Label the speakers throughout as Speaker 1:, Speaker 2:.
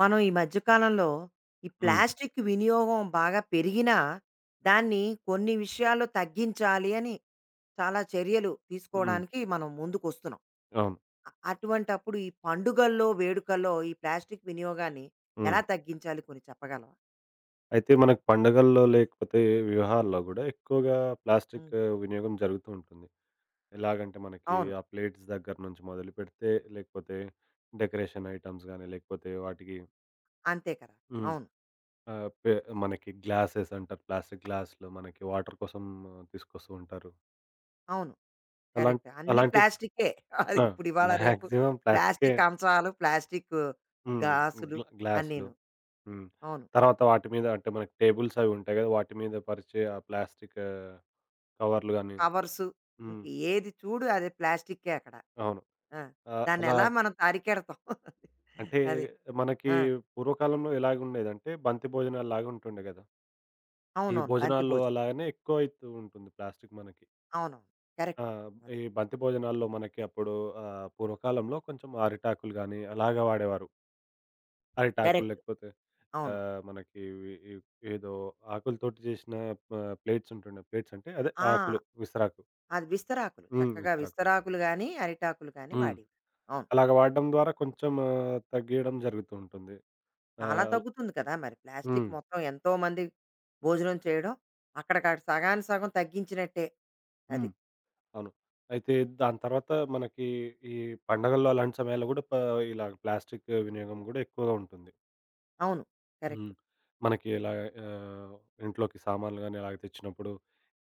Speaker 1: మనం ఈ మధ్య కాలంలో ఈ
Speaker 2: హ్మ్.
Speaker 1: ప్లాస్టిక్ వినియోగం బాగా పెరిగినా దాన్ని కొన్ని విషయాల్లో తగ్గించాలి అని చాలా చర్యలు
Speaker 2: హ్మ్.
Speaker 1: తీసుకోవడానికి మనం ముందుకు వస్తున్నాం.
Speaker 2: అవును.
Speaker 1: అటువంటి అప్పుడు ఈ పండుగల్లో వేడుకల్లో ఈ ప్లాస్టిక్ వినియోగాన్ని
Speaker 2: హ్మ్.
Speaker 1: ఎలా తగ్గించాలి కొన్ని చెప్పగలవా?
Speaker 2: అయితే మనకు పండగల్లో లేకపోతే వివాహాల్లో గూడా ఎక్కువగా ప్లాస్టిక్
Speaker 1: ఉమ్,
Speaker 2: వినియోగం జరుగుతూ ఉంటుంది. ఎలాగంటే మనకి
Speaker 1: అవును.
Speaker 2: ఆ ప్లేట్స్ దగ్గర నుంచి మొదలుపెడితే లేకపోతే డెకరేషన్ ఐటెమ్స్ గానీ లేకపోతే వాటికి
Speaker 1: అంతే కదా.
Speaker 2: హ్మ్.
Speaker 1: అవును.
Speaker 2: ఆహ్, పె మనకి గ్లాసెస్ అంటారు. ప్లాస్టిక్ గ్లాస్‌లో మనకి వాటర్ కోసం తీసుకొస్తూ ఉంటారు.
Speaker 1: అవును.
Speaker 2: అలాం
Speaker 1: కరెక్ట్, అన్ని
Speaker 2: అలాంటి
Speaker 1: ప్లాస్టికే అది
Speaker 2: ఆ!
Speaker 1: ఇప్పుడు ఇవాళ రేపు
Speaker 2: మాక్సిమం ప్లాస్టికే.
Speaker 1: ప్లాస్టిక్ అంశాలు, ప్లాస్టిక్
Speaker 2: హ్మ్.
Speaker 1: గాసులు
Speaker 2: గ్లాసులు.
Speaker 1: అన్నీను.
Speaker 2: హ్మ్.
Speaker 1: అవును.
Speaker 2: తర్వాత వాటి మీద అంటే మనకి టేబుల్స్ అవి ఉంటాయి గదా! వాటి మీద పరిచే ఆ ప్లాస్టిక్ కవర్లు గాని
Speaker 1: కవర్సు. ఇంక
Speaker 2: హ్మ్.
Speaker 1: ఏది చూడు అది ప్లాస్టిక్కే అక్కడ.
Speaker 2: అవును.
Speaker 1: ఆ!
Speaker 2: ఆహ్, అలా
Speaker 1: దాన్నెలా మనం అరికెడతాం.
Speaker 2: అంటే
Speaker 1: అది.
Speaker 2: మనకి
Speaker 1: ఆ!
Speaker 2: పూర్వకాలంలో ఎలాగుండేదంటే బంతి భోజనాల్లాగా ఉంటుండే గదా! ఈ
Speaker 1: అవునవును. బంతి
Speaker 2: భోజనాల్లో
Speaker 1: భోజనం.
Speaker 2: అలాగనే ఎక్కువైతూ ఉంటుంది ప్లాస్టిక్ మనకి.
Speaker 1: అవునవును.
Speaker 2: ఆ!
Speaker 1: కరెక్ట్.
Speaker 2: ఈ
Speaker 1: అది.
Speaker 2: బంతి భోజనాల్లో మనకి అప్పుడు పూర్వకాలంలో కొంచెం అరిటాకులు గాని అలాగా వాడేవారు. అరిటాకులు
Speaker 1: కరెక్ట్.
Speaker 2: లేకపోతే
Speaker 1: అవును.
Speaker 2: మనకి ఇవి ఏదో ఆకులతోటి చేసిన ప ప్లేట్స్ ఉంటుండే. ప్లేట్స్ అంటే అదే
Speaker 1: ఆ!
Speaker 2: ఆకులు విసరాకు.
Speaker 1: అది విస్తరాకులు.
Speaker 2: హ్మ్.
Speaker 1: చక్కగా
Speaker 2: విస్తరాకు.
Speaker 1: విస్తరాకులు గానీ, అరిటాకులు గానీ
Speaker 2: హ్మ్.
Speaker 1: వాడేవి. అవును.
Speaker 2: అలాగ వాడడం ద్వారా కొంచెం తగ్గియడం జరుగుతూ ఉంటుంది.
Speaker 1: చాలా
Speaker 2: ఆహ్,
Speaker 1: తగ్గుతుంది కదా! మరి ప్లాస్టిక్
Speaker 2: హ్మ్.
Speaker 1: మొత్తం ఎంతో మంది భోజనం చేయడం. అక్కడికక్కడ సగానికి సగం తగ్గించినట్టే.
Speaker 2: హ్మ్.
Speaker 1: అది.
Speaker 2: అవును. అయితే దాని తర్వాత మనకి ఈ పండగల్లో అలాంటి సమయాల్లో గూడా ఇలా ప్లాస్టిక్ వినియోగం గూడా ఎక్కువగా ఉంటుంది.
Speaker 1: అవును.
Speaker 2: హ్మ్.
Speaker 1: కరెక్ట్.
Speaker 2: మనకి ఇలా ఆహ్, ఇంట్లోకి సామాన్లు గాని అలాగ తెచ్చినప్పుడు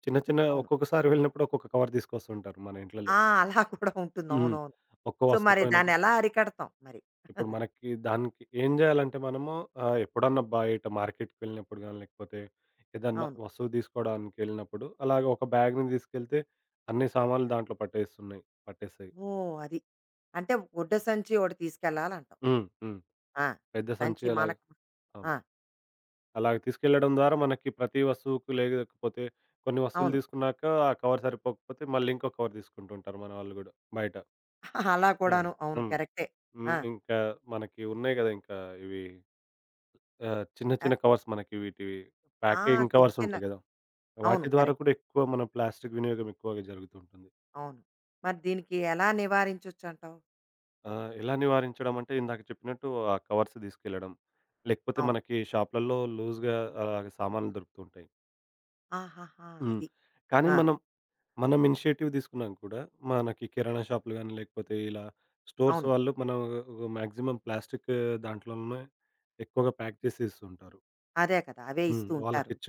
Speaker 2: చిన్న చిన్న
Speaker 1: అవును.
Speaker 2: ఒక్కొక్కసారి వెళ్ళినప్పుడు ఒక్కొక్క కవర్ తీసుకొస్తుంటారు మన ఇంట్లలో.
Speaker 1: ఆ! అలా కూడా ఉంటుంది.
Speaker 2: హ్మ్.
Speaker 1: అవునవును.
Speaker 2: ఒక్క
Speaker 1: సో,
Speaker 2: వస్తువు
Speaker 1: మరి
Speaker 2: పోయినప్పుడు
Speaker 1: దాన్నెలా అరికడతాం మరి?
Speaker 2: ఇప్పుడు
Speaker 1: అది.
Speaker 2: మనకి దానికి ఏం జేయాలంటే మనము ఎప్పుడన్నా బయట మార్కెట్‌కి వెళ్ళినప్పుడు గాని, లేకపోతే ఏదన్నా
Speaker 1: అవును.
Speaker 2: వస్తువు తీసుకోవడానికెళ్ళినప్పుడు అలాగ ఒక బ్యాగ్‌ని తీసుకెళ్తే అన్ని సామాన్లు దాంట్లో పట్టేస్తున్నాయి. పట్టేస్తాయి.
Speaker 1: ఓహ్! అది. అంటే గుడ్డ సంచి ఒకటి తీసుకెళ్ళాలంటావు.
Speaker 2: హ్మ్. హ్మ్.
Speaker 1: ఆ!
Speaker 2: పెద్ద సంచి
Speaker 1: సంచి
Speaker 2: అలాగ
Speaker 1: మనకు.
Speaker 2: అవును.
Speaker 1: ఆ!
Speaker 2: అలాగ తీసుకెళ్లడం ద్వారా మనకి ప్రతి వస్తువుకు లేకపోతే కొన్ని వస్తువులు
Speaker 1: అవును.
Speaker 2: తీసుకున్నాక ఆ కవర్ సరిపోకపోతే మళ్ళీ ఇంకో కవర్ తీసుకుంటూ ఉంటారు మన వాళ్ళు గూడా బయట.
Speaker 1: అలా
Speaker 2: అవును.
Speaker 1: కూడాను. అవును.
Speaker 2: హ్మ్.
Speaker 1: కరెక్టే.
Speaker 2: హ్మ్.
Speaker 1: ఆ!
Speaker 2: ఇంకా మనకి ఉన్నాయి గదా! ఇంకా ఇవి చిన్న చిన్న
Speaker 1: ఆహ్,
Speaker 2: కవర్స్ మనకి వీటివి
Speaker 1: ఆ!
Speaker 2: ప్యాకింగ్
Speaker 1: చిన్న
Speaker 2: కవర్స్
Speaker 1: చిన్న
Speaker 2: ఉంటాయి గదా!
Speaker 1: అవును.
Speaker 2: వాటి ద్వారా
Speaker 1: కరెక్ట్.
Speaker 2: కూడా ఎక్కువ మన ప్లాస్టిక్ వినియోగం ఎక్కువగా జరుగుతూ ఉంటుంది.
Speaker 1: అవును. మరి దీనికి ఎలా నివారించొచ్చంటావు?
Speaker 2: ఆ! ఎలా నివారించడం అంటే ఇందాక చెప్పినట్టు ఆ కవర్స్ తీసుకెళ్ళడం. లేకపోతే
Speaker 1: అవును.
Speaker 2: మనకి షాపులలో లూజ్‌గా అలాగ సామాన్లు దొరుకుతూ ఉంటాయి.
Speaker 1: ఆహాహా!
Speaker 2: హ్మ్.
Speaker 1: అది.
Speaker 2: కానీ
Speaker 1: ఆ!
Speaker 2: మనం మనం ఇనిషియేటివ్ తీసుకున్నాక కూడా మనకి కిరాణా షాపులు గాని లేకపోతే ఇలా స్టోర్స్
Speaker 1: అవును.
Speaker 2: వాళ్ళు మనం మాక్సిమం ప్లాస్టిక్ దాంట్లోనే ఎక్కువగా ప్యాక్ చేసి ఇస్తుంటారు.
Speaker 1: అదే కదా! అవే
Speaker 2: హ్మ్.
Speaker 1: ఇస్తూ ఉంటారు.
Speaker 2: వాళ్ళకి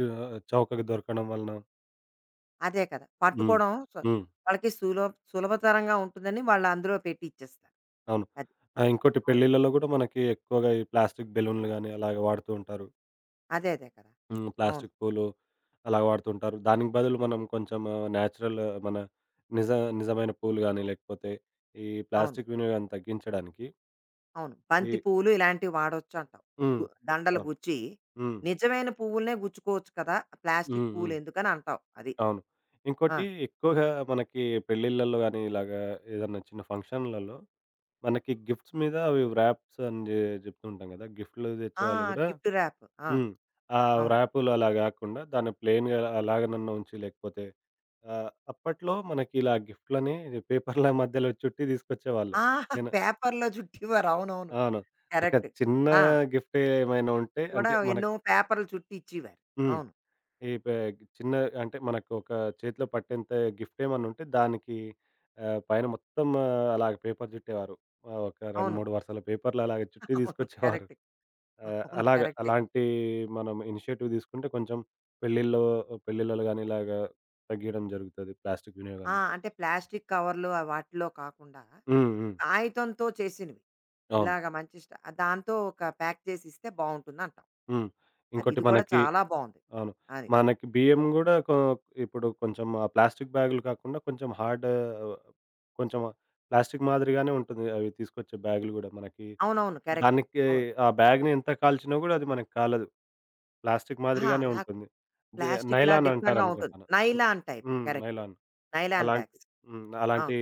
Speaker 2: చౌకగా దొరకడం వలన.
Speaker 1: అదే కదా!
Speaker 2: హ్మ్.
Speaker 1: పట్టుకోవడం సు
Speaker 2: హ్మ్.
Speaker 1: వాళ్ళకి సులభతరంగా ఉంటుందని వాళ్ళు అందులో పెట్టి ఇచ్చేస్తారు.
Speaker 2: అవును.
Speaker 1: అది.
Speaker 2: ఆ! ఇంకోటి
Speaker 1: అవును.
Speaker 2: పెళ్ళిళ్ళలో గూడా మనకి ఎక్కువగా ఈ ప్లాస్టిక్ బెలూన్లు గానీ, అలాగ వాడుతూ ఉంటారు.
Speaker 1: అదే అదే కదా!
Speaker 2: హ్మ్.
Speaker 1: అవును.
Speaker 2: ప్లాస్టిక్ పూలు అలాగ వాడుతూ ఉంటారు. దానికి బదులు మనం కొంచెం న్యాచురల్ మన నిజ నిజమైన పూలు గానీ, లేకపోతే ఈ
Speaker 1: అవును.
Speaker 2: ప్లాస్టిక్ వినియోగాన్ని తగ్గించడానికి
Speaker 1: అవును. బంతి
Speaker 2: ఈ
Speaker 1: పువ్వులు ఇలాంటివి వాడొచ్చంటావు.
Speaker 2: హ్మ్.
Speaker 1: గు దండలు
Speaker 2: అవును.
Speaker 1: గుచ్చి,
Speaker 2: హ్మ్.
Speaker 1: నిజమైన పువ్వులనే గుచ్చుకోవచ్చు కదా! ప్లాస్టిక్
Speaker 2: హ్మ్. హ్మ్.
Speaker 1: పువ్వులెందుకని అంటావు. అది.
Speaker 2: అవును. ఇంకోటి
Speaker 1: ఆ!
Speaker 2: ఎక్కువగా మనకి పెళ్ళిళ్ళలో గానీ, ఇలాగా ఏదన్నా చిన్న ఫంక్షన్‌లలో మనకి గిఫ్ట్స్ మీద అవి వ్రాప్స్ అని జెప్తుంటాం గదా! గిఫ్ట్‌లు
Speaker 1: ఆ!
Speaker 2: తెచ్చేవాళ్ళు గూడా
Speaker 1: గిఫ్ట్ ర్యాప్. ఆ!
Speaker 2: హ్మ్. ఆ
Speaker 1: అవును.
Speaker 2: వ్రాపులు అలా గాకుండా దాన్ని ప్లెయిన్‌గా అలాగనన్నా ఉంచి లేకపోతే అప్పట్లో మనకి ఇలా గిఫ్ట్‌లని పేపర్‌ల మధ్యలో చుట్టి తీసుకొచ్చేవాళ్ళు.
Speaker 1: ఆ!
Speaker 2: నేను
Speaker 1: పేపర్‌లో చుట్టేవారు. అవునవును.
Speaker 2: అవును. ఒక
Speaker 1: కరెక్ట్.
Speaker 2: చిన్న
Speaker 1: ఆ!
Speaker 2: గిఫ్ట్ ఏమైనా ఉంటే
Speaker 1: కూడా
Speaker 2: అంటే
Speaker 1: ఎన్నో
Speaker 2: మనకి
Speaker 1: పేపర్‌లు చుట్టి ఇచ్చేవారు.
Speaker 2: హ్మ్.
Speaker 1: అవును.
Speaker 2: ఈ పే చిన్న అంటే మనకు ఒక చేతిలో పట్టేంత గిఫ్ట్ ఏమన్నా ఉంటే దానికి పైన మొత్తం అలాగ పేపర్ చుట్టేవారు. ఒక 2,
Speaker 1: అవును.
Speaker 2: 3 వరుసల పేపర్‌లు అలాగ చుట్టి
Speaker 1: అవును.
Speaker 2: తీసుకొచ్చేవారు.
Speaker 1: కరెక్ట్. అవును.
Speaker 2: అలాగ
Speaker 1: కరెక్టే.
Speaker 2: అలాంటి మనం ఇనిషియేటివ్ తీసుకుంటే కొంచెం పెళ్ళిల్లో పెళ్ళిళ్ళలో గాని ఇలాగా తగ్గియడం జరుగుతది ప్లాస్టిక్
Speaker 1: ఆ!
Speaker 2: వినియోగాన్ని.
Speaker 1: అంటే ప్లాస్టిక్ కవర్లు ఆ వాటిలో కాకుండా,
Speaker 2: హ్మ్. హ్మ్.
Speaker 1: కాగితంతో చేసినవి.
Speaker 2: అవును.
Speaker 1: ఇలాగ మంచి స్ట దాంతో ఒక ప్యాక్ చేసిస్తే బావుంటుందంటావు.
Speaker 2: హ్మ్.
Speaker 1: అది.
Speaker 2: ఇంకోటి
Speaker 1: ఇది కూడా
Speaker 2: మనకి
Speaker 1: చాలా బావుంది.
Speaker 2: అవును.
Speaker 1: అది.
Speaker 2: మనకి బియ్యం గూడా ఇప్పుడు కొంచెం ఆ ప్లాస్టిక్ బ్యాగులు కాకుండా కొంచెం హార్డ్ కొంచెం ప్లాస్టిక్ మాదిరిగానే ఉంటుంది అవి తీసుకొచ్చే బ్యాగులు గూడా మనకి.
Speaker 1: అవునవును. కరెక్ట్.
Speaker 2: దానికి
Speaker 1: అవును.
Speaker 2: ఆ బ్యాగ్‌ని ఎంత కాల్చినా గూడా అది మనకి కాలదు. ప్లాస్టిక్
Speaker 1: అహా!
Speaker 2: మాదిరిగానే
Speaker 1: అలా
Speaker 2: ఉంటుంది. దే
Speaker 1: ప్లాస్టిక్‌లా
Speaker 2: నైలాన్
Speaker 1: దిట్టంగా ఉంటుంది.
Speaker 2: అంటారనుకుంటాను.
Speaker 1: Nylon type.
Speaker 2: హ్మ్.
Speaker 1: కరెక్ట్.
Speaker 2: నైలాన్.
Speaker 1: నైలాన్
Speaker 2: అలాంటి
Speaker 1: బ్యాగ్స్.
Speaker 2: హ్మ్. అలాంటి,
Speaker 1: అవును.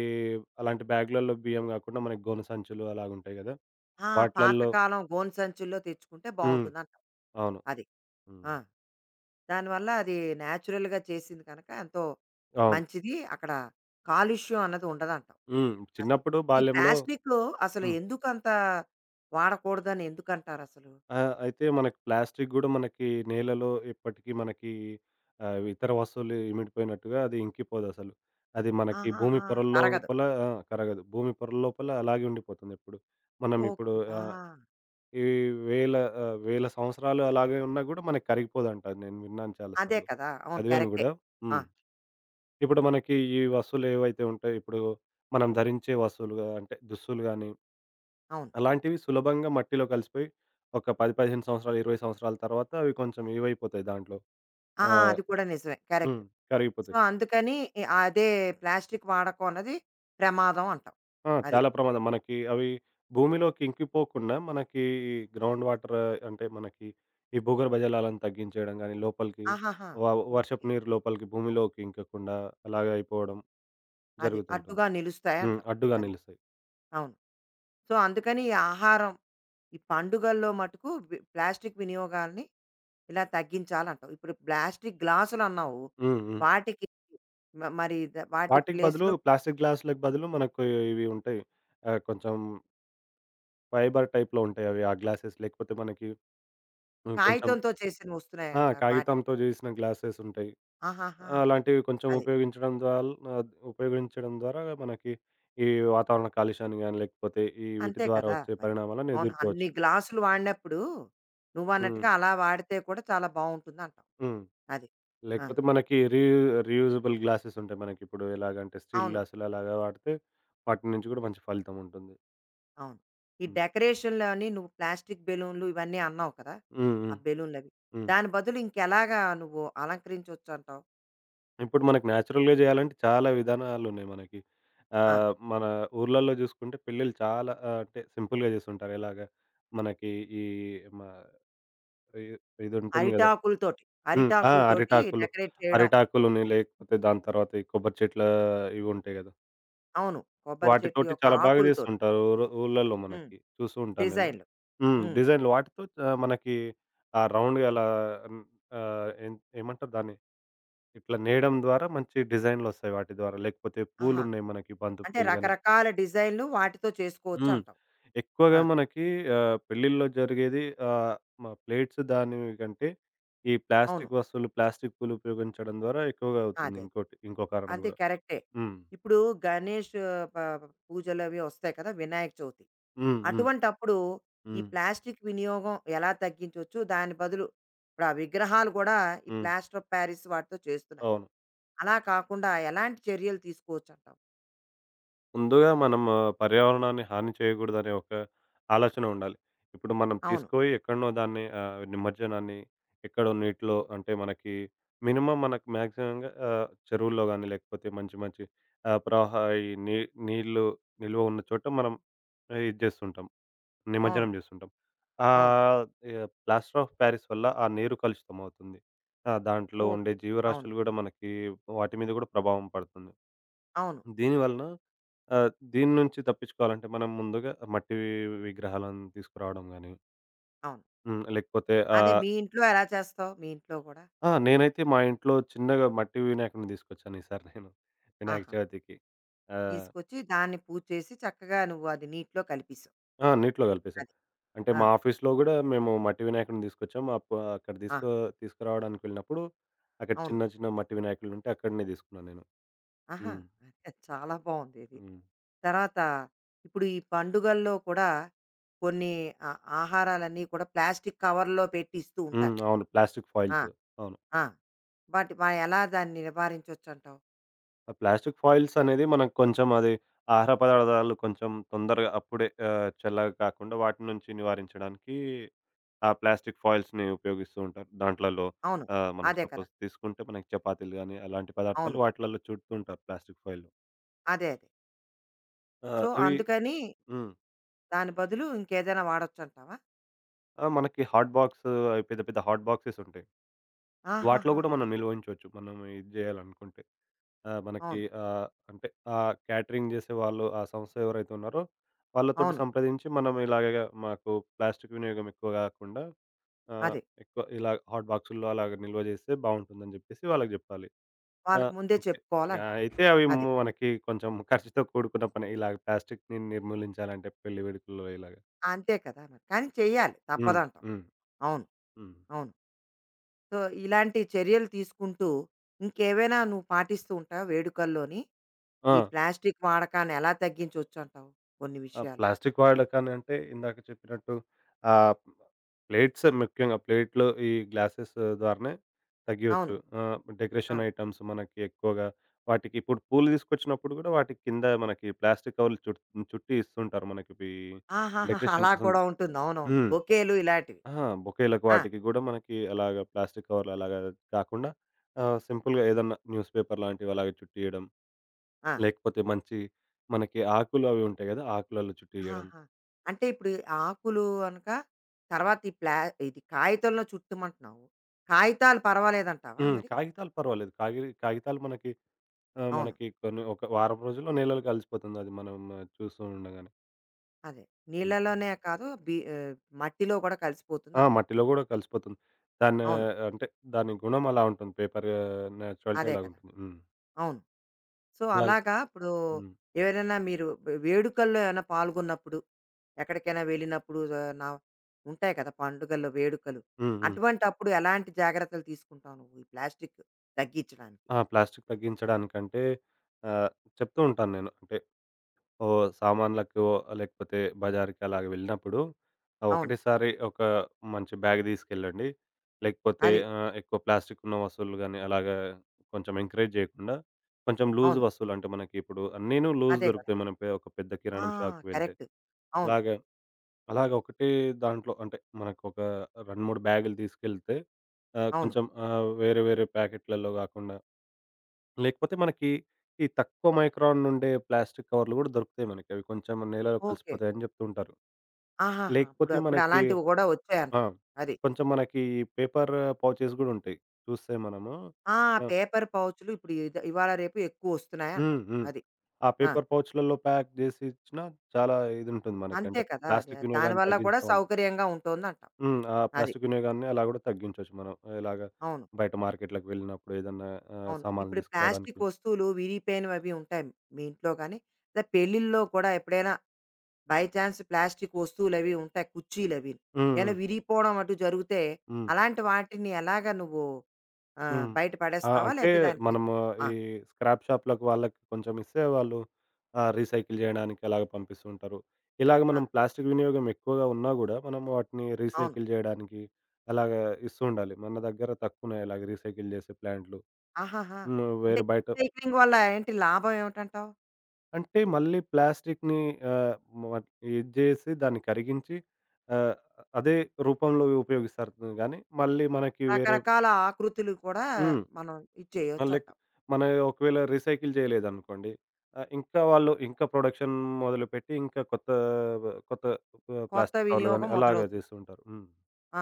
Speaker 2: అలాంటి బ్యాగు‌లలో బియ్యం గాకుండా మనకి గోను సంచులు అలాగుంటాయి గదా!
Speaker 1: ఆ!
Speaker 2: వాటిలల్లో
Speaker 1: పాతకాలం గోను సంచుల్లో తెచ్చుకుంటే
Speaker 2: హ్మ్.
Speaker 1: బావుంటుందంటావు.
Speaker 2: అవును.
Speaker 1: అది. ఆ!
Speaker 2: హ్మ్.
Speaker 1: దానివల్ల అది నేచురల్‌గా చేసింది కనుక ఎంతో
Speaker 2: అవును.
Speaker 1: మంచిది. అక్కడ కాలుష్యం అన్నది ఉండదంటావు
Speaker 2: హ్మ్.
Speaker 1: అసలు.
Speaker 2: చిన్నప్పుడు
Speaker 1: ఈ
Speaker 2: బాల్యంలో
Speaker 1: ప్లాస్టిక్కు అసలు
Speaker 2: హ్మ్.
Speaker 1: ఎందుకంత వాడకూడదని ఎందుకంటారసలు?
Speaker 2: అయితే మనకి ప్లాస్టిక్ గూడా మనకి నేలలో ఎప్పటికీ మనకి ఇతర వస్తువులు ఇమిడిపోయినట్టుగా అది ఇంకిపోదసలు. అది మనకి భూమి
Speaker 1: ఆహాహా!
Speaker 2: పొర
Speaker 1: తరగదు.
Speaker 2: లోపల ఆ! కరగదు. భూమి పొర లోపల అలాగే ఉండిపోతుందెప్పుడు. మనం ఇప్పుడు
Speaker 1: ఓకే. ఆ!
Speaker 2: ఆహ్ ఈ వేల వేల సంవత్సరాలు అలాగే ఉన్నా గూడా మనకి కరిగిపోదంట. నేను విన్నాను చాలా
Speaker 1: అదే
Speaker 2: సార్లు.
Speaker 1: కదా! అవును.
Speaker 2: చదివాను
Speaker 1: కరెక్టే.
Speaker 2: గూడా.
Speaker 1: ఆ!
Speaker 2: హ్మ్. ఇప్పుడు మనకి ఈ వస్తువులు ఏవైతే ఉంటాయో ఇప్పుడు మనం ధరించే వస్తువులుగా అంటే దుస్తులు గానీ,
Speaker 1: అవును.
Speaker 2: అలాంటివి సులభంగా మట్టిలో కలిసిపోయి ఒక 10, 15 సంవత్సరాలు, 20 సంవత్సరాల తర్వాత అవి కొంచెం ఇవైపోతాయి దాంట్లో.
Speaker 1: ఆ! ఆ,
Speaker 2: ఆహ్,
Speaker 1: అది కూడా నిజమే.
Speaker 2: హ్మ్.
Speaker 1: కరెక్ట్. సో,
Speaker 2: కరిగిపోతాయి.
Speaker 1: అందుకని అదే ప్లాస్టిక్ వాడకం అన్నది ప్రమాదం అంటావు.
Speaker 2: ఆ!
Speaker 1: అది.
Speaker 2: చాలా ప్రమాదం. మనకి అవి భూమిలోకి ఇంకిపోకుండా మనకి ఈ గ్రౌండ్ వాటర్ అంటే మనకి ఈ భూగర్భ జలాలను తగ్గించేయడం గాని, లోపలికి
Speaker 1: ఆహాహా!
Speaker 2: వ వర్షపు
Speaker 1: ఓకే.
Speaker 2: నీరు లోపలికి భూమిలోకి ఇంకకుండా అలాగే అయిపోవడం
Speaker 1: అది
Speaker 2: జరుగుతుంటుంది.
Speaker 1: అడ్డుగా
Speaker 2: హ్మ్.
Speaker 1: నిలుస్తాయంటావు.
Speaker 2: అడ్డుగా
Speaker 1: అది.
Speaker 2: నిలుస్తాయి.
Speaker 1: అవును. సో, అందుకని ఈ ఆహారం, ఈ పండుగల్లో మటుకు ప్లాస్టిక్ వినియోగాల్ని ఇలా తగ్గించాలంటావు. ఇప్పుడు ప్లాస్టిక్ గ్లాసులన్నావు.
Speaker 2: హ్మ్. హ్మ్.
Speaker 1: వాటికి మ మరి ద వాటి
Speaker 2: వాటికి బదులు
Speaker 1: ప్లేస్‌లో
Speaker 2: ప్లాస్టిక్ గ్లాసులకు బదులు మనకు ఇవి ఉంటాయి. కొంచెం ఫైబర్ టైప్‌లో ఉంటాయి అవి ఆ గ్లాసెస్. లేకపోతే మనకి హ్మ్. కొంచెం
Speaker 1: కాగితంతో చేసినవి
Speaker 2: ఆ!
Speaker 1: వస్తున్నాయంట వాటి.
Speaker 2: కాగితంతో చేసిన గ్లాసెస్ ఉంటాయి.
Speaker 1: ఆహాహా!
Speaker 2: అలాంటివి కొంచెం
Speaker 1: అది.
Speaker 2: ఉపయోగించడం ద్వారా మనకి ఈ వాతావరణ కాలుష్యాన్ని గాని, లేకపోతే ఈ వీటి
Speaker 1: అంతే
Speaker 2: ద్వారా
Speaker 1: కదా
Speaker 2: వచ్చే
Speaker 1: మరి.
Speaker 2: పరిణామాలను
Speaker 1: అవును.
Speaker 2: ఎదుర్కోవచ్చు.
Speaker 1: అన్ని గ్లాసులు వాడినప్పుడు
Speaker 2: హ్మ్.
Speaker 1: నువ్వన్నట్టుగా అలా వాడితే కూడా చాలా బావుంటుందంటావు.
Speaker 2: హ్మ్.
Speaker 1: అది. ఆ!
Speaker 2: లేకపోతే మనకి రీయూజబుల్ గ్లాసెస్ ఉంటాయి మనకిప్పుడు. ఎలాగంటే స్టీల్
Speaker 1: అవును.
Speaker 2: గ్లాసులు అలాగా వాడితే వాటి నుంచి కూడా మంచి ఫలితం ఉంటుంది.
Speaker 1: అవును. ఈ
Speaker 2: హ్మ్.
Speaker 1: డెకరేషన్‌లోని నువ్వు ప్లాస్టిక్ బెలూన్లు ఇవన్నీ అన్నావు కదా!
Speaker 2: హ్మ్.
Speaker 1: ఆ
Speaker 2: హ్మ్.
Speaker 1: బెలూన్‌లవి.
Speaker 2: హ్మ్.
Speaker 1: దాని బదులు ఇంకెలాగా నువ్వు అలంకరించొచ్చంటావు?
Speaker 2: ఇప్పుడు మనకి నేచురల్‌గా చేయాలంటే చాలా విధానాలున్నాయి మనకి.
Speaker 1: ఆ!
Speaker 2: మన ఊర్లలో చూసుకుంటే పెళ్ళిళ్ళు చాలా అంటే సింపుల్‌గా చేసుంటారు. ఎలాగా మనకి ఈ మ ఇ ఇదుంటుంది కదా!
Speaker 1: అరిటాకులతోటి.
Speaker 2: హ్మ్. ఆ!
Speaker 1: అరిటాకులతోటి
Speaker 2: అరిటాకులు.
Speaker 1: డెకరేట్ చేయడం.
Speaker 2: అరిటాకులుని లేకపోతే దాని తర్వాత ఈ కొబ్బరి చెట్ల ఇవి ఉంటాయి గదా!
Speaker 1: అవును. కొబ్బరి చెట్టు
Speaker 2: వాటితోటి
Speaker 1: యొక్క
Speaker 2: చాలా బాగా
Speaker 1: ఆకులతోటి.
Speaker 2: చేస్తుంటారు ఊర్లల్లో
Speaker 1: హ్మ్.
Speaker 2: మనకి. చూస్తూ ఉంటాను నేను.
Speaker 1: డిజైన్‌లు.
Speaker 2: హ్మ్.
Speaker 1: హ్మ్.
Speaker 2: డిజైన్‌లు వాటితో మనకి ఆ రౌండ్‌గా అలా హ్మ్, ఆహ్, ఏం ఏమంటారు దాన్ని? ఇట్లా నేయడం ద్వారా మంచి డిజైన్‌లొస్తాయి వాటి ద్వారా. లేకపోతే
Speaker 1: ఆహా!
Speaker 2: పూలున్నాయి మనకి బంతి
Speaker 1: అంటే
Speaker 2: పూలు గాని.
Speaker 1: రకరకాల డిజైన్‌లు వాటితో
Speaker 2: హ్మ్.
Speaker 1: చేసుకోవచ్చంటావు. ఆ!
Speaker 2: ఎక్కువగా మనకి పెళ్ళిల్లో జరిగేది ఆహ్, మా ప్లేట్స్ దానివి కంటే, ఈ
Speaker 1: అవును.
Speaker 2: ప్లాస్టిక్ వస్తువులు, ప్లాస్టిక్ పూలు ఉపయోగించడం ద్వారా ఎక్కువగా అవుతుంది
Speaker 1: అదే.
Speaker 2: ఇంకోటి. ఇంకో కారణం
Speaker 1: అంతే
Speaker 2: గూడా.
Speaker 1: కరెక్టే.
Speaker 2: హ్మ్.
Speaker 1: ఇప్పుడు గణేష్ ఆ, పూజలవి వస్తాయి కదా! వినాయక చవితి.
Speaker 2: హ్మ్. హ్మ్.
Speaker 1: అటువంటప్పుడు ఈ
Speaker 2: హ్మ్.
Speaker 1: ప్లాస్టిక్ వినియోగం ఎలా తగ్గించొచ్చు? దాని బదులు ఇప్పుడు ఆ విగ్రహాలు గూడా ఈ
Speaker 2: హ్మ్.
Speaker 1: ప్లాస్టర్ ఆఫ్ పారిస్ వాటితో చేస్తున్నారు.
Speaker 2: అవును.
Speaker 1: అలా కాకుండా ఎలాంటి చర్యలు తీసుకోవచ్చంటావు?
Speaker 2: ముందుగా మనం ఆ, పర్యావరణాన్ని హాని చేయకూడదనే ఒక ఆలోచన ఉండాలి. ఇప్పుడు మనం
Speaker 1: అవును.
Speaker 2: తీసుకుపోయి ఎక్కడనో దాన్ని నిమజ్జనాన్ని ఎక్కడో నీటిలో అంటే మనకి మినిమమ్ మనకు మాక్సిమంగా చెరువుల్లో గాని లేకపోతే మంచి మంచి ఆహ్, ప్రవాహ ఈ నీ నీళ్ళు నిల్వ ఉన్న చోట మనం ఆ, ఇది చేస్తుంటాం.
Speaker 1: అవును.
Speaker 2: నిమజ్జనం చేస్తుంటాం.
Speaker 1: అవును.
Speaker 2: ఆహ్, ప్లాస్టర్ ఆఫ్ ప్యారిస్ వల్ల ఆ నీరు కలుషితం అవుతుంది. ఆ! దాంట్లో ఉండే
Speaker 1: ఓకే. అవును.
Speaker 2: జీవరాశులు గూడా మనకి వాటి మీద గూడా ప్రభావం పడుతుంది.
Speaker 1: అవును.
Speaker 2: దీని వలన దీని నుంచి తప్పించుకోవాలంటే మనం ముందుగా మట్టి విగ్రహాలను తీసుకురావడం గాని,
Speaker 1: అవును.
Speaker 2: హ్మ్. లేకపోతే
Speaker 1: అదే
Speaker 2: ఆహ్,
Speaker 1: మీ ఇంట్లో ఎలా చేస్తావు? మీ ఇంట్లో గూడా?
Speaker 2: ఆ!
Speaker 1: విన్
Speaker 2: నేనైతే మా ఇంట్లో చిన్నగా మట్టి వినాయకుడిని తీసుకొచ్చాను ఈసారి నేను వినాయక
Speaker 1: ఆహాహా!
Speaker 2: చవితికి. ఆహ్,
Speaker 1: తీసుకొచ్చి దాన్ని పూజ చేసి చక్కగా నువ్వు అది నీటిలో కలిపేసావు.
Speaker 2: ఆ! నీటిలో కలిపేసాం.
Speaker 1: అది.
Speaker 2: అంటే
Speaker 1: ఆ!
Speaker 2: మా ఆఫీస్‌లో గూడా మేము మట్టి వినాయకుడిని తీసుకొచ్చాం. అక్కడ
Speaker 1: ఆ!
Speaker 2: తీసుకురావడానికి వెళ్ళినప్పుడు అక్కడ
Speaker 1: అవును.
Speaker 2: చిన్న, చిన్న మట్టి వినాయకులుంటే అక్కడనే తీసుకున్నాను నేను.
Speaker 1: ఆహా!
Speaker 2: హ్మ్.
Speaker 1: అదే, చాలా బావుంది ఇది.
Speaker 2: హ్మ్.
Speaker 1: తర్వాత ఇప్పుడు ఈ పండుగల్లో కూడా కొన్ని ఆ ఆహారాలన్నీ కూడా ప్లాస్టిక్ కవర్‌లో పెట్టి ఇస్తూ
Speaker 2: హ్మ్.
Speaker 1: ఉంటారు.
Speaker 2: అవును. ప్లాస్టిక్
Speaker 1: ఆ!
Speaker 2: ఫాయిల్స్. అవును.
Speaker 1: ఆ! వాటి వ ఎలా దాన్ని నివారించొచ్చంటావు?
Speaker 2: ఆ ప్లాస్టిక్ ఫాయిల్స్ అనేది మనకు కొంచెం అది ఆహార పదార్థాలు కొంచెం తొందరగా అప్పుడే చల్లగా కాకుండా వాటి నుంచి నివారించడానికి ఆ ప్లాస్టిక్ ఫాయిల్స్‌ని ఉపయోగిస్తూ ఉంటారు. దాంట్లలో
Speaker 1: అవును.
Speaker 2: మనం
Speaker 1: అదే కదా!
Speaker 2: సపోజ్ తీసుకుంటే మనకి చపాతీలు గానీ, అలాంటి పదార్థాలు
Speaker 1: అవును.
Speaker 2: వాటిలలో చుడుతూ ఉంటారు ప్లాస్టిక్ ఫాయిల్‌లో.
Speaker 1: అదే అదే.
Speaker 2: ఆ!
Speaker 1: సో,
Speaker 2: అవి
Speaker 1: అందుకని
Speaker 2: హ్మ్.
Speaker 1: దాని బదులు ఇంకేదైనా వాడొచ్చంటావా?
Speaker 2: ఆ! మనకి హాట్ బాక్స్ అవి పెద్ద పెద్ద హాట్ బాక్సెస్ ఉంటాయి. వాటిలో
Speaker 1: ఆహాహా!
Speaker 2: గూడా మనం
Speaker 1: అది.
Speaker 2: నిల్వహించొచ్చు. మనం ఇది జేయాలనుకుంటే. ఆ! మనకి
Speaker 1: అవును.
Speaker 2: క్యాటరింగ్ చేసేవాళ్ళు, ఆ సంస్థ ఎవరైతే ఉన్నారో వాళ్ళతోటి
Speaker 1: అవును.
Speaker 2: సంప్రదించి మనం ఇలాగ మాకు ప్లాస్టిక్ వినియోగం ఎక్కువ కాకుండా ఆహ్,
Speaker 1: అదే.
Speaker 2: ఎక్కువ ఇలా హాట్ బాక్సుల్లో అలాగ నిల్వ చేస్తే బావుంటుందని చెప్పేసి వాళ్ళకి చెప్పాలి. ఆ!
Speaker 1: వాళ్ళకి ముందే
Speaker 2: అంతే. ఇక
Speaker 1: చెప్పుకోవాలంటావు.
Speaker 2: అయితే అవి
Speaker 1: అది.
Speaker 2: మనకి కొంచెం ఖర్చుతో కూడుకున్న పనే. ఇలాగ ప్లాస్టిక్‌ని నిర్మూలించాలంటే పెళ్లి వేడుకల్లో ఇలాగ.
Speaker 1: అంతే కదా! మరి. కానీ చెయ్యాలి.
Speaker 2: హ్మ్.
Speaker 1: తప్పదంటావు.
Speaker 2: హ్మ్.
Speaker 1: అవును.
Speaker 2: హ్మ్.
Speaker 1: అవును. సో, ఇలాంటి చర్యలు తీసుకుంటూ ఇంకేవైనా నువ్వు పాటిస్తూ ఉంటావా వేడుకల్లోని?
Speaker 2: ఆ!
Speaker 1: ఈ ప్లాస్టిక్ వాడకాన్ని ఎలా తగ్గించొచ్చంటావు కొన్ని
Speaker 2: ఆ!
Speaker 1: విషయాలు?
Speaker 2: ప్లాస్టిక్ వాడకాన్ని అంటే ఇందాక చెప్పినట్టు ఆహ్, ప్లేట్స్ ముఖ్యంగా ప్లేట్‌లు ఈ గ్లాసెస్ ద్వారానే
Speaker 1: అవును.
Speaker 2: తగ్గియొచ్చు.
Speaker 1: ఆ!
Speaker 2: డెకరేషన్ ఐటెమ్స్ మనకి ఎక్కువగా వాటికి ఇప్పుడు పూలు తీసుకొచ్చినప్పుడు గూడా వాటి కింద మనకి ప్లాస్టిక్ కవర్లు చుట్టి ఇస్తుంటారు మనకి ఇవి
Speaker 1: ఆహాహా!
Speaker 2: డెకరేషన్
Speaker 1: అలా
Speaker 2: కోసం.
Speaker 1: కూడా ఉంటుంది. అవునవును.
Speaker 2: హ్మ్.
Speaker 1: బొకేలు ఇలాంటివి.
Speaker 2: అహా! బొకేలకు
Speaker 1: ఆ!
Speaker 2: వాటికి గూడా మనకి అలాగా ప్లాస్టిక్ కవర్లు అలాగా కాకుండా సింపుల్‌గా ఏదన్నా న్యూస్ పేపర్ లాంటివి అలాగే చుట్టియడం.
Speaker 1: ఆ!
Speaker 2: లేకపోతే మంచి మనకి ఆకులు అవి ఉంటాయి గదా! ఆకులలో చుట్టియడం.
Speaker 1: ఆహా! అంటే ఇప్పుడు ఈ ఆకులు అనక తర్వాత ఈ ఇది కాగితంలో చుట్టమంటున్నావు. కాగితాలు పర్వాలేదంటావా
Speaker 2: హ్మ్.
Speaker 1: మరి?
Speaker 2: కాగితాలు పర్వాలేదు. కాగితాలు మనకి
Speaker 1: అవును.
Speaker 2: మనకి కొన్ని ఒక వారం రోజుల్లో, నెలలో కలిసిపోతుందది మనం ఆ, చూస్తూ ఉండగానే.
Speaker 1: అదే.
Speaker 2: హ్మ్.
Speaker 1: నీళ్ళలోనే కాదు మట్టిలో కూడా
Speaker 2: ఆ!
Speaker 1: కలిసిపోతుందంటావు.
Speaker 2: మట్టిలో గూడా కలిసిపోతుంది. దాన్ని
Speaker 1: అవును.
Speaker 2: అంటే దాని గుణం అలా ఉంటుంది. పేపర్ నేచురాలిటీ
Speaker 1: అదే కదా!
Speaker 2: అలాగుంటుంది. హ్మ్.
Speaker 1: అవును. సో,
Speaker 2: అలాగే
Speaker 1: అలాగా ఇప్పుడు
Speaker 2: హ్మ్.
Speaker 1: ఎవరైనా మీరు వేడుకల్లో ఏమైనా పాల్గొన్నప్పుడు, ఎక్కడికైనా వెళ్ళినప్పుడు ఆహ్, నా ఉంటాయి కదా! పండుగల్లో వేడుకలు.
Speaker 2: హ్మ్. హ్మ్.
Speaker 1: అటువంటప్పుడు ఎలాంటి జాగ్రత్తలు తీసుకుంటావు నువ్వు? ఈ ప్లాస్టిక్ తగ్గించడానికి?
Speaker 2: ఆ! ప్లాస్టిక్ తగ్గించడానికంటే ఆహ్, చెప్తూ ఉంటాను నేను. అంటే ఓ సామాన్లకో లేకపోతే బజార్‌కి అలాగ వెళ్ళినప్పుడు
Speaker 1: అవును.
Speaker 2: ఒకటేసారి ఒక మంచి బ్యాగ్ తీసుకెళ్ళండి. లేకపోతే
Speaker 1: అది.
Speaker 2: ఎక్కువ ప్లాస్టిక్ ఉన్న వస్తువులు గానీ, అలాగా కొంచెం ఎంకరేజ్ జేయకుండా, కొంచెం లూజ్
Speaker 1: అవును.
Speaker 2: వస్తువులు అంటే మనకి ఇప్పుడు అన్నీను లూజ్
Speaker 1: అదే కదా!
Speaker 2: దొరుకుతాయి. మనం ఒక పెద్ద
Speaker 1: ఆ!
Speaker 2: కిరాణం షాప్‌కి వెళ్తే.
Speaker 1: కరెక్ట్. అవును.
Speaker 2: అలాగా, అలాగా ఒకటే దాంట్లో అంటే మనకు ఒక 2, 3 బ్యాగులు తీసుకెళ్తే ఆహ్,
Speaker 1: అవును.
Speaker 2: కొంచెం ఆహ్, వేరే వేరే ప్యాకెట్‌లలో గాకుండా లేకపోతే మనకి ఈ తక్కువ మైక్రాన్ ఉండే ప్లాస్టిక్ కవర్లు గూడా దొరుకుతాయి మనకి. అవి కొంచెం నేలలో
Speaker 1: ఓకే.
Speaker 2: కలిసిపోతాయని జెప్తూ ఉంటారు.
Speaker 1: ఆహాహా! ఇప్పుడు
Speaker 2: లేకపోతే
Speaker 1: ఇప్పుడు
Speaker 2: మనకి
Speaker 1: అలాంటివి కూడా
Speaker 2: ఆ!
Speaker 1: వచ్చాయంటావు. అది.
Speaker 2: కొంచెం మనకి పేపర్ పౌచెస్ గూడా ఉంటాయి. చూస్తే మనము
Speaker 1: ఆ!
Speaker 2: ఆ!
Speaker 1: పేపర్ పౌచులు ఇప్పుడు ఇవాళ రేపు
Speaker 2: హ్మ్.
Speaker 1: ఎక్కువొస్తున్నాయంటావు.
Speaker 2: హ్మ్.
Speaker 1: అది.
Speaker 2: ఆ
Speaker 1: ఆ!
Speaker 2: పేపర్ పౌచ్‌లలో ప్యాక్ జేసి ఇచ్చినా చాలా ఇదుంటుంది మనకి.
Speaker 1: అంతే
Speaker 2: అంటే
Speaker 1: కదా! అది.
Speaker 2: ప్లాస్టిక్ వినియోగాన్ని
Speaker 1: దానివల్ల కూడా
Speaker 2: తగ్గించడం వల్ల.
Speaker 1: సౌకర్యంగా ఉంటుందంటావు.
Speaker 2: హ్మ్. ఆ
Speaker 1: అది.
Speaker 2: ప్లాస్టిక్ వినియోగాన్ని అలా గూడా తగ్గించొచ్చు మనం. ఇలాగ
Speaker 1: అవును.
Speaker 2: బయట మార్కెట్‌లకి వెళ్ళినప్పుడు ఏదన్నా
Speaker 1: అవును.
Speaker 2: సామాన్లు
Speaker 1: ఇప్పుడు ప్లాస్టిక్
Speaker 2: తీసుకురావడానికి.
Speaker 1: వస్తువులు విరిగిపోయినవి అవి ఉంటాయి మీ ఇంట్లో కానీ, లేదా పెళ్ళిళ్ళలో కూడా ఎప్పుడైనా బై చాన్స్ ప్లాస్టిక్ వస్తువులవి ఉంటాయి కుర్చీలవి.
Speaker 2: హ్మ్.
Speaker 1: ఏమైనా
Speaker 2: హ్మ్.
Speaker 1: విరిగిపోవడం అటు జరిగితే
Speaker 2: హ్మ్.
Speaker 1: అలాంటి వాటిని ఎలాగా నువ్వు
Speaker 2: హ్మ్.
Speaker 1: బయట
Speaker 2: ఆ!
Speaker 1: పడేస్తావా?
Speaker 2: అంటే
Speaker 1: లేకపోతే దానికి
Speaker 2: మనము
Speaker 1: ఆ!
Speaker 2: ఈ స్క్రాప్ షాప్‌లకు వాళ్ళకి కొంచెం ఇస్తే వాళ్ళు రీసైకిల్ జేయడానికి అలాగ పంపిస్తూ ఉంటారు. ఇలాగ
Speaker 1: ఆ!
Speaker 2: మనం ప్లాస్టిక్ వినియోగం ఎక్కువగా ఉన్నా గూడా మనం వాటిని
Speaker 1: అవును.
Speaker 2: రీసైకిల్ జేయడానికి అలాగ ఇస్తూ ఉండాలి. మన దగ్గర తక్కువున్నాయి అలాగ రీసైకిల్ జేసే ప్లాంట్‌లు.
Speaker 1: ఆహాహా!
Speaker 2: హ్మ్.
Speaker 1: అంటే
Speaker 2: వేరే బయట
Speaker 1: రీసైక్లింగ్ వల్ల ఏంటి లాభం ఏమిటంటావు?
Speaker 2: అంటే మళ్ళీ ప్లాస్టిక్‌ని ఆహ్, మట్ ఇది జేసి దాన్ని కరిగించి ఆహ్, అదే రూపంలో ఉపయోగిస్తారు గానీ మళ్ళీ మనకి వేరే
Speaker 1: రకరకాల ఆకృతులు కూడా
Speaker 2: హ్మ్.
Speaker 1: మనం ఇది
Speaker 2: ఆ! లైక్
Speaker 1: చేయొచ్చంటావు.
Speaker 2: మన ఒకవేళ రీసైకిల్ చేయలేదనుకోండి. ఇంకా వాళ్ళు ఇంకా ప్రొడక్షన్ మొదలుపెట్టి ఇంకా కొత్త
Speaker 1: కొత్త
Speaker 2: ప్లాస్టిక్ కవర్లు గాని
Speaker 1: వినియోగం
Speaker 2: అలాగ
Speaker 1: మొదలవుతుంది.
Speaker 2: చేస్తూ ఉంటారు. హ్మ్.
Speaker 1: ఆ!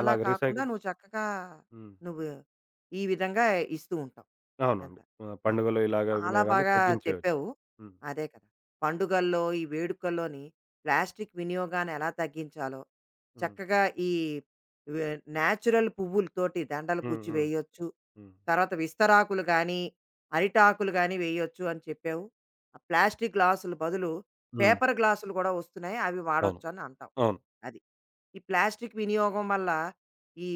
Speaker 1: అలా
Speaker 2: అలాగ
Speaker 1: కాకుండా
Speaker 2: రీసైకిల్
Speaker 1: నువ్వు చక్కగా
Speaker 2: హ్మ్.
Speaker 1: నువ్వు ఈ విధంగా ఇస్తూ ఉంటావు. ఎంత
Speaker 2: అవునండి.
Speaker 1: ఆ!
Speaker 2: పండుగలు ఇలాగ వినా
Speaker 1: చాలా
Speaker 2: గాని
Speaker 1: బాగా
Speaker 2: తగ్గించేయొచ్చు.
Speaker 1: చెప్పావు.
Speaker 2: హ్మ్.
Speaker 1: అదే కదా! పండుగల్లో, ఈ వేడుకల్లోని ప్లాస్టిక్ వినియోగాన్ని ఎలా తగ్గించాలో,
Speaker 2: హ్మ్.
Speaker 1: చక్కగా ఈ వే నేచురల్ పువ్వులతోటి దండలు
Speaker 2: హ్మ్.
Speaker 1: గుచ్చి
Speaker 2: హ్మ్.
Speaker 1: వేయొచ్చు.
Speaker 2: హ్మ్.
Speaker 1: తర్వాత విస్తరాకులు గానీ, అరిటాకులు గానీ వేయొచ్చు అని చెప్పావు. ఆ ప్లాస్టిక్ గ్లాసుల బదులు
Speaker 2: హ్మ్.
Speaker 1: పేపర్ గ్లాసులు కూడా వస్తున్నాయి. అవి
Speaker 2: అవును.
Speaker 1: వాడొచ్చు అని అంటావు.
Speaker 2: అవును.
Speaker 1: అది. ఈ ప్లాస్టిక్ వినియోగం వల్ల ఈ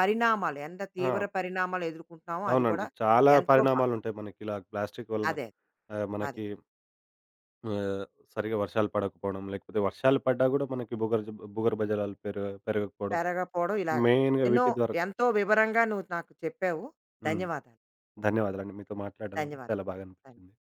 Speaker 1: పరిణామాలు ఎంత
Speaker 2: ఆ!
Speaker 1: తీవ్ర పరిణామాలు ఎదుర్కొంటున్నామో అది కూడా
Speaker 2: అవునండి. చాలా
Speaker 1: ఎంతో బా
Speaker 2: పరిణామాలుంటాయి మనకి ఇలా ప్లాస్టిక్ వలన.
Speaker 1: అదే
Speaker 2: ఆహ్,
Speaker 1: అదే
Speaker 2: మనకి ఆహ్, సరిగ్గా వర్షాలు పడకపోవడం, లేకపోతే వర్షాలు పడ్డా గూడా మనకి భూగర్భ జలాలు పెరగకపోవడం.
Speaker 1: పెరగపోవడం ఇలాగా
Speaker 2: మెయిన్‌గా
Speaker 1: ఎన్నో
Speaker 2: వీటి ద్వారా.
Speaker 1: ఎంతో వివరంగా నువ్వు నాకు చెప్పావు.
Speaker 2: హ్మ్.
Speaker 1: ధన్యవాదాలు.
Speaker 2: ధన్యవాదాలండి. మీతో మాట్లాడడం గూడా చాలా
Speaker 1: ధన్యవాదాలు.
Speaker 2: బాగా
Speaker 1: ధన్యవాదాలు.
Speaker 2: అనిపించింది.